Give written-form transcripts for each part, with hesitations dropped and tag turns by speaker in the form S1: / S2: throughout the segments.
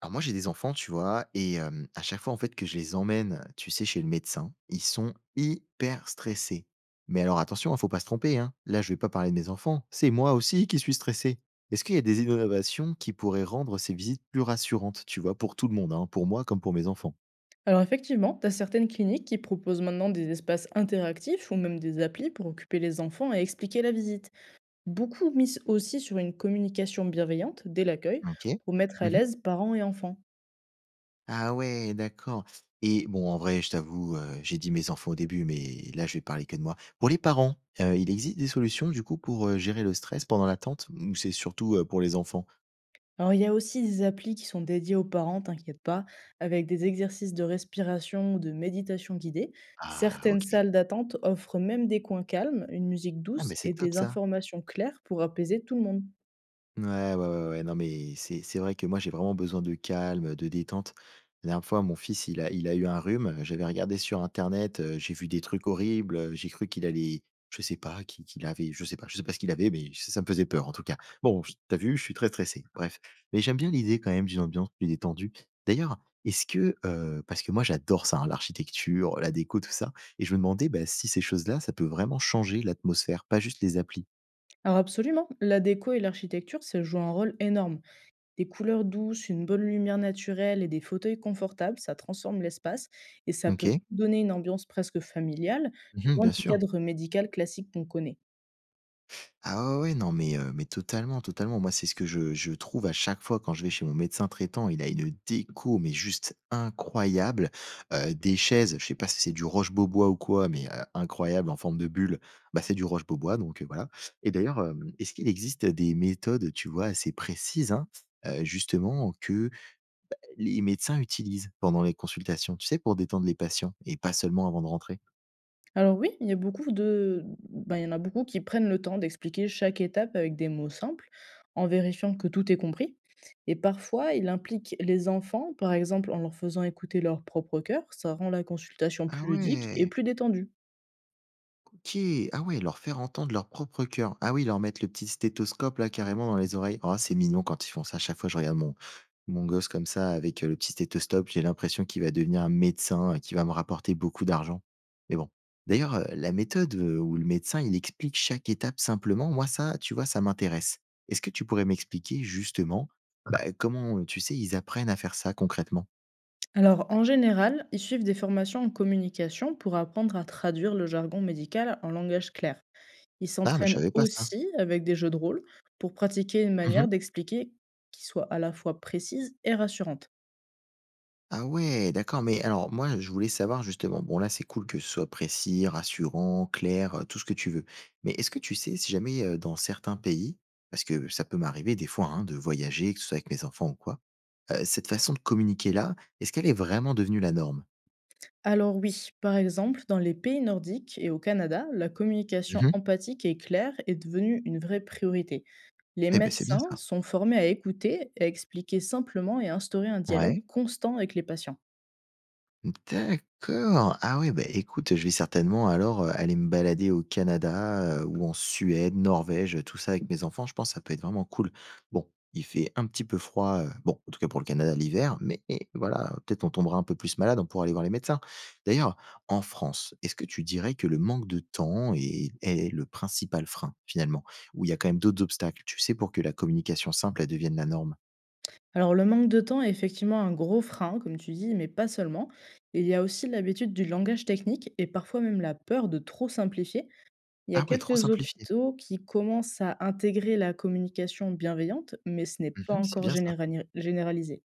S1: Alors moi j'ai des enfants, tu vois, et à chaque fois en fait que je les emmène, tu sais, chez le médecin, ils sont hyper stressés. Mais alors attention, il faut pas se tromper, hein. Là, je vais pas parler de mes enfants, c'est moi aussi qui suis stressé. Est-ce qu'il y a des innovations qui pourraient rendre ces visites plus rassurantes, tu vois, pour tout le monde, hein, pour moi comme pour mes enfants?
S2: Alors effectivement, tu as certaines cliniques qui proposent maintenant des espaces interactifs ou même des applis pour occuper les enfants et expliquer la visite. Beaucoup misent aussi sur une communication bienveillante dès l'accueil
S1: OK.
S2: pour mettre à
S1: Mmh.
S2: l'aise parents et enfants.
S1: Ah ouais, d'accord, et bon, en vrai, je t'avoue, j'ai dit mes enfants au début, mais là, je vais parler que de moi. Pour les parents, il existe des solutions du coup pour, gérer le stress pendant l'attente ou c'est surtout, pour les enfants?
S2: Alors il y a aussi des applis qui sont dédiées aux parents, t'inquiète pas, avec des exercices de respiration ou de méditation guidée.
S1: Ah
S2: Certaines
S1: OK.
S2: salles d'attente offrent même des coins calmes, une musique
S1: Ah
S2: douce
S1: mais c'est
S2: et
S1: top
S2: des
S1: ça.
S2: informations claires pour apaiser tout le monde.
S1: Ouais, ouais, ouais, ouais, non mais c'est vrai que moi j'ai vraiment besoin de calme, de détente. La dernière fois, mon fils, il a eu un rhume, j'avais regardé sur internet, j'ai vu des trucs horribles, j'ai cru qu'il allait je sais pas, qu'il avait je sais pas ce qu'il avait, mais ç ça me faisait peur en tout cas. Bon, j tu vu, je suis très stressé, bref. Mais j'aime bien l'idée quand même d'une ambiance plus détendue. D'ailleurs, est-ce que, parce que moi j'adore ça, hein, l'architecture, la déco, tout ça, et je me demandais, bah, si ces choses-là, ça peut vraiment changer l'atmosphère, pas juste les applis?
S2: Alors absolument, la déco et l'architecture, ça joue un rôle énorme. Des couleurs douces, une bonne lumière naturelle et des fauteuils confortables, ça transforme l'espace et ça peut
S1: OK.
S2: donner une ambiance presque familiale,
S1: Mmh,
S2: loin
S1: bien
S2: du
S1: sûr.
S2: cadre médical classique qu'on connaît.
S1: Ah ouais, ouais, non, mais totalement, totalement. Moi, c'est ce que je trouve à chaque fois quand je vais chez mon médecin traitant. Il a une déco, mais juste incroyable. Des chaises, je sais pas si c'est du roche-beaubois ou quoi, mais incroyable en forme de bulle. Bah, c'est du roche-beaubois, donc voilà. Et d'ailleurs, est-ce qu'il existe des méthodes, tu vois, assez précises, hein, justement que les médecins utilisent pendant les consultations, tu sais, pour détendre les patients et pas seulement avant de rentrer?
S2: Alors oui, il y a beaucoup il y en a beaucoup qui prennent le temps d'expliquer chaque étape avec des mots simples, en vérifiant que tout est compris. Et parfois, il implique les enfants, par exemple en leur faisant écouter leur propre cœur, ça rend la consultation
S1: Ah
S2: plus ludique et
S1: ouais!
S2: plus détendue.
S1: OK. Ah ouais, leur faire entendre leur propre cœur. Ah oui, leur mettre le petit stéthoscope là carrément dans les oreilles. Oh, c'est mignon quand ils font ça. À chaque fois, je regarde mon, mon gosse comme ça avec le petit stéthoscope. J'ai l'impression qu'il va devenir un médecin, qui va me rapporter beaucoup d'argent. Mais bon. D'ailleurs, la méthode où le médecin, il explique chaque étape simplement, moi, ça, tu vois, ça m'intéresse. Est-ce que tu pourrais m'expliquer justement bah, comment, tu sais, ils apprennent à faire ça concrètement.
S2: Alors, en général, ils suivent des formations en communication pour apprendre à traduire le jargon médical en langage clair. Ils
S1: Ah, bah, je
S2: s'entraînent
S1: savais pas ça.
S2: aussi avec des jeux de rôle pour pratiquer une manière d'expliquer qui soit à la fois précise et rassurante.
S1: Ah ouais, d'accord, mais alors moi, je voulais savoir justement, bon là, c'est cool que ce soit précis, rassurant, clair, tout ce que tu veux. Mais est-ce que tu sais si jamais dans certains pays, parce que ça peut m'arriver des fois hein, de voyager, que ce soit avec mes enfants ou quoi, cette façon de communiquer là, est-ce qu'elle est vraiment devenue la norme?
S2: Alors oui, par exemple, dans les pays nordiques et au Canada, la communication
S1: Mhm.
S2: empathique et claire est devenue une vraie priorité. Les
S1: Eh ben c'est bien
S2: médecins
S1: ça.
S2: sont formés à écouter, à expliquer simplement et à instaurer un dialogue
S1: Ouais.
S2: constant avec les patients.
S1: D'accord. Ah ouais, bah, écoute, je vais certainement alors, aller me balader au Canada, ou en Suède, Norvège, tout ça avec mes enfants. Je pense que ça peut être vraiment cool. Bon, il fait un petit peu froid, bon, en tout cas pour le Canada l'hiver, mais voilà, peut-être on tombera un peu plus malade, on pourra aller voir les médecins. D'ailleurs, en France, est-ce que tu dirais que le manque de temps est le principal frein finalement? Ou il y a quand même d'autres obstacles, tu sais, pour que la communication simple, elle devienne la norme?
S2: Alors le manque de temps est effectivement un gros frein, comme tu dis, mais pas seulement. Il y a aussi l'habitude du langage technique et parfois même la peur de trop simplifier. Il y a
S1: Ah ouais, trop
S2: quelques
S1: simplifié.
S2: hôpitaux qui commencent à intégrer la communication bienveillante, mais ce n'est pas
S1: Mmh, c'est
S2: encore
S1: bien ça.
S2: généralisé.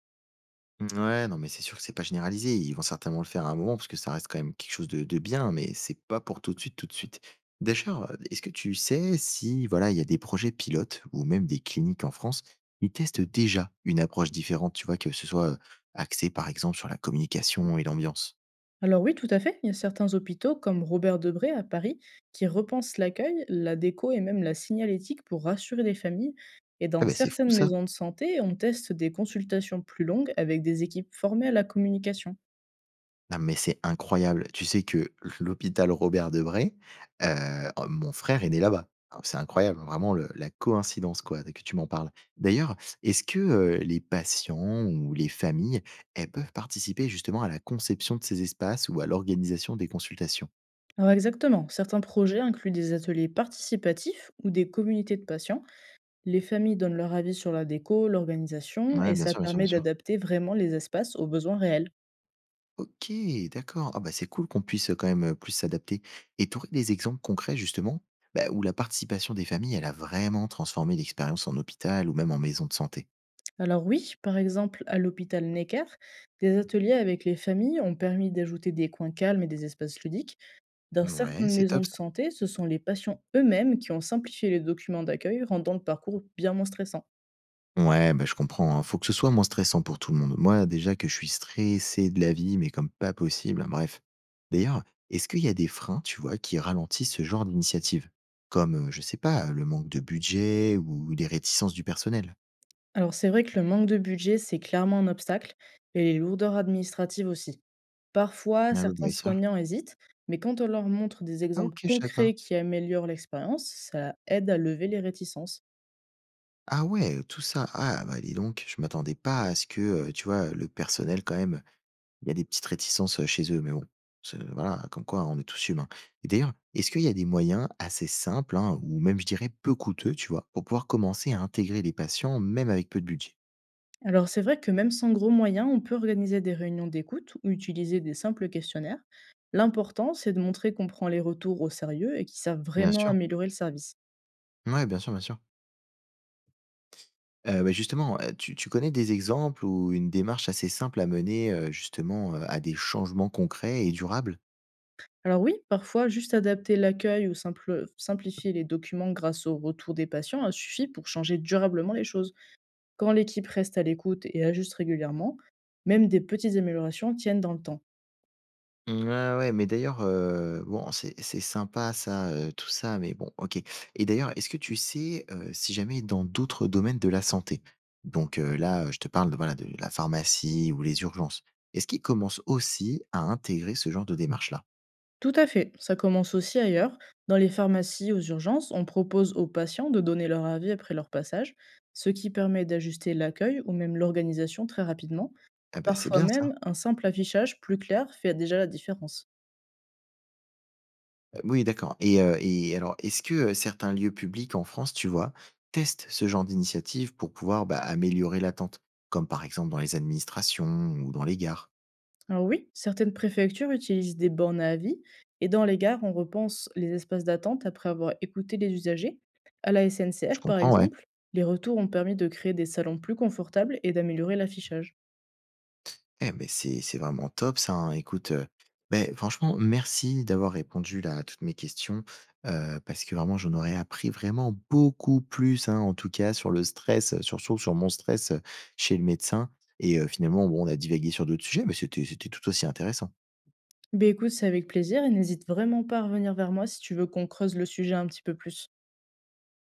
S1: Ouais, non, mais c'est sûr que c'est pas généralisé. Ils vont certainement le faire à un moment parce que ça reste quand même quelque chose de bien, mais c'est pas pour tout de suite, tout de suite. D'ailleurs, est-ce que tu sais si voilà, il y a des projets pilotes ou même des cliniques en France qui testent déjà une approche différente, tu vois, que ce soit axé par exemple sur la communication et l'ambiance?
S2: Alors oui, tout à fait. Il y a certains hôpitaux, comme Robert Debré à Paris, qui repensent l'accueil, la déco et même la signalétique pour rassurer les familles. Et
S1: Ah
S2: dans
S1: ben c'est fou
S2: certaines
S1: ça.
S2: maisons de santé, on teste des consultations plus longues avec des équipes formées à la communication.
S1: Non, mais c'est incroyable. Tu sais que l'hôpital Robert-Debré, mon frère est né là-bas. Alors c'est incroyable, vraiment le la coïncidence, quoi, que tu m'en parles. D'ailleurs, est-ce que, les patients ou les familles, elles peuvent participer justement à la conception de ces espaces ou à l'organisation des consultations?
S2: Alors exactement, certains projets incluent des ateliers participatifs ou des communautés de patients. Les familles donnent leur avis sur la déco, l'organisation,
S1: Ouais,
S2: et
S1: bien
S2: ça
S1: sûr, bien sûr, bien
S2: permet
S1: sûr.
S2: d'adapter vraiment les espaces aux besoins réels.
S1: OK, d'accord. Ah bah, c'est cool qu'on puisse, quand même, plus s'adapter, et tu aurais des exemples concrets justement, bah, où la participation des familles, elle a vraiment transformé l'expérience en hôpital ou même en maison de santé?
S2: Alors oui, par exemple, à l'hôpital Necker, des ateliers avec les familles ont permis d'ajouter des coins calmes et des espaces ludiques. Dans
S1: Ouais,
S2: certaines
S1: c'est
S2: maisons
S1: top
S2: de
S1: ça.
S2: santé, ce sont les patients eux-mêmes qui ont simplifié les documents d'accueil, rendant le parcours bien moins stressant.
S1: Ouais, bah, je comprends, hein. Faut que ce soit moins stressant pour tout le monde. Moi, déjà que je suis stressé de la vie, mais comme pas possible, hein, bref. D'ailleurs, est-ce qu'il y a des freins, tu vois, qui ralentissent ce genre d'initiative? Comme, je sais pas, le manque de budget ou les réticences du personnel?
S2: Alors c'est vrai que le manque de budget, c'est clairement un obstacle, et les lourdeurs administratives aussi. Parfois,
S1: Ah oui,
S2: certains
S1: bien sûr.
S2: soignants hésitent, mais quand on leur montre des
S1: Ah
S2: exemples
S1: OK, je savais pas.
S2: concrets qui améliorent l'expérience, ça aide à lever les réticences.
S1: Ah ouais, tout ça. Ah bah, dis donc, je m'attendais pas à ce que, tu vois, le personnel quand même, il y a des petites réticences, chez eux, mais bon, c'est voilà, comme quoi on est tous humains, et d'ailleurs, est-ce qu'il y a des moyens assez simples, hein, ou même je dirais peu coûteux, tu vois? Pour pouvoir commencer à intégrer les patients même avec peu de budget?
S2: Alors c'est vrai que même sans gros moyens, on peut organiser des réunions d'écoute ou utiliser des simples questionnaires. L'important, c'est de montrer qu'on prend les retours au sérieux et qu'ils savent
S1: Bien
S2: vraiment
S1: sûr.
S2: améliorer le service.
S1: Ouais, bien sûr, bien sûr. Bah, justement, tu connais des exemples ou une démarche assez simple à mener, justement, à des changements concrets et durables?
S2: Alors oui, parfois, juste adapter l'accueil ou simplifier les documents grâce au retour des patients a suffi pour changer durablement les choses. Quand l'équipe reste à l'écoute et ajuste régulièrement, même des petites améliorations tiennent dans le temps.
S1: Mmh, ouais, ouais, mais d'ailleurs, bon, c'est sympa ça, tout ça, mais bon, OK, et d'ailleurs, est-ce que tu sais, si jamais dans d'autres domaines de la santé, donc là, je te parle de, voilà, de la pharmacie ou les urgences, est-ce qu'ils commencent aussi à intégrer ce genre de démarche-là?
S2: Tout à fait, ça commence aussi ailleurs. Dans les pharmacies aux urgences, on propose aux patients de donner leur avis après leur passage, ce qui permet d'ajuster l'accueil ou même l'organisation très rapidement.
S1: Ah bah, c'est
S2: Parfois
S1: bien ça.
S2: même, un simple affichage plus clair fait déjà la différence.
S1: Oui, d'accord, et alors, est-ce que, certains lieux publics en France, tu vois, testent ce genre d'initiative pour pouvoir, bah, améliorer l'attente? Comme par exemple dans les administrations ou dans les gares?
S2: Alors oui, certaines préfectures utilisent des bornes à avis, et dans les gares, on repense les espaces d'attente après avoir écouté les usagers. À la
S1: Je
S2: SNCF, par
S1: comprends, ouais.
S2: exemple, les retours ont permis de créer des salons plus confortables et d'améliorer l'affichage.
S1: Eh ben c'est vraiment top ça, hein. Écoute, beh, franchement, merci d'avoir répondu là à toutes mes questions, parce que vraiment j'en aurais appris vraiment beaucoup plus, hein, en tout cas sur le stress, surtout sur mon stress, chez le médecin, et finalement, bon, on a divagué sur d'autres sujets, mais c'était tout aussi intéressant.
S2: Ben écoute, c'est avec plaisir et n'hésite vraiment pas à revenir vers moi si tu veux qu'on creuse le sujet un petit peu plus.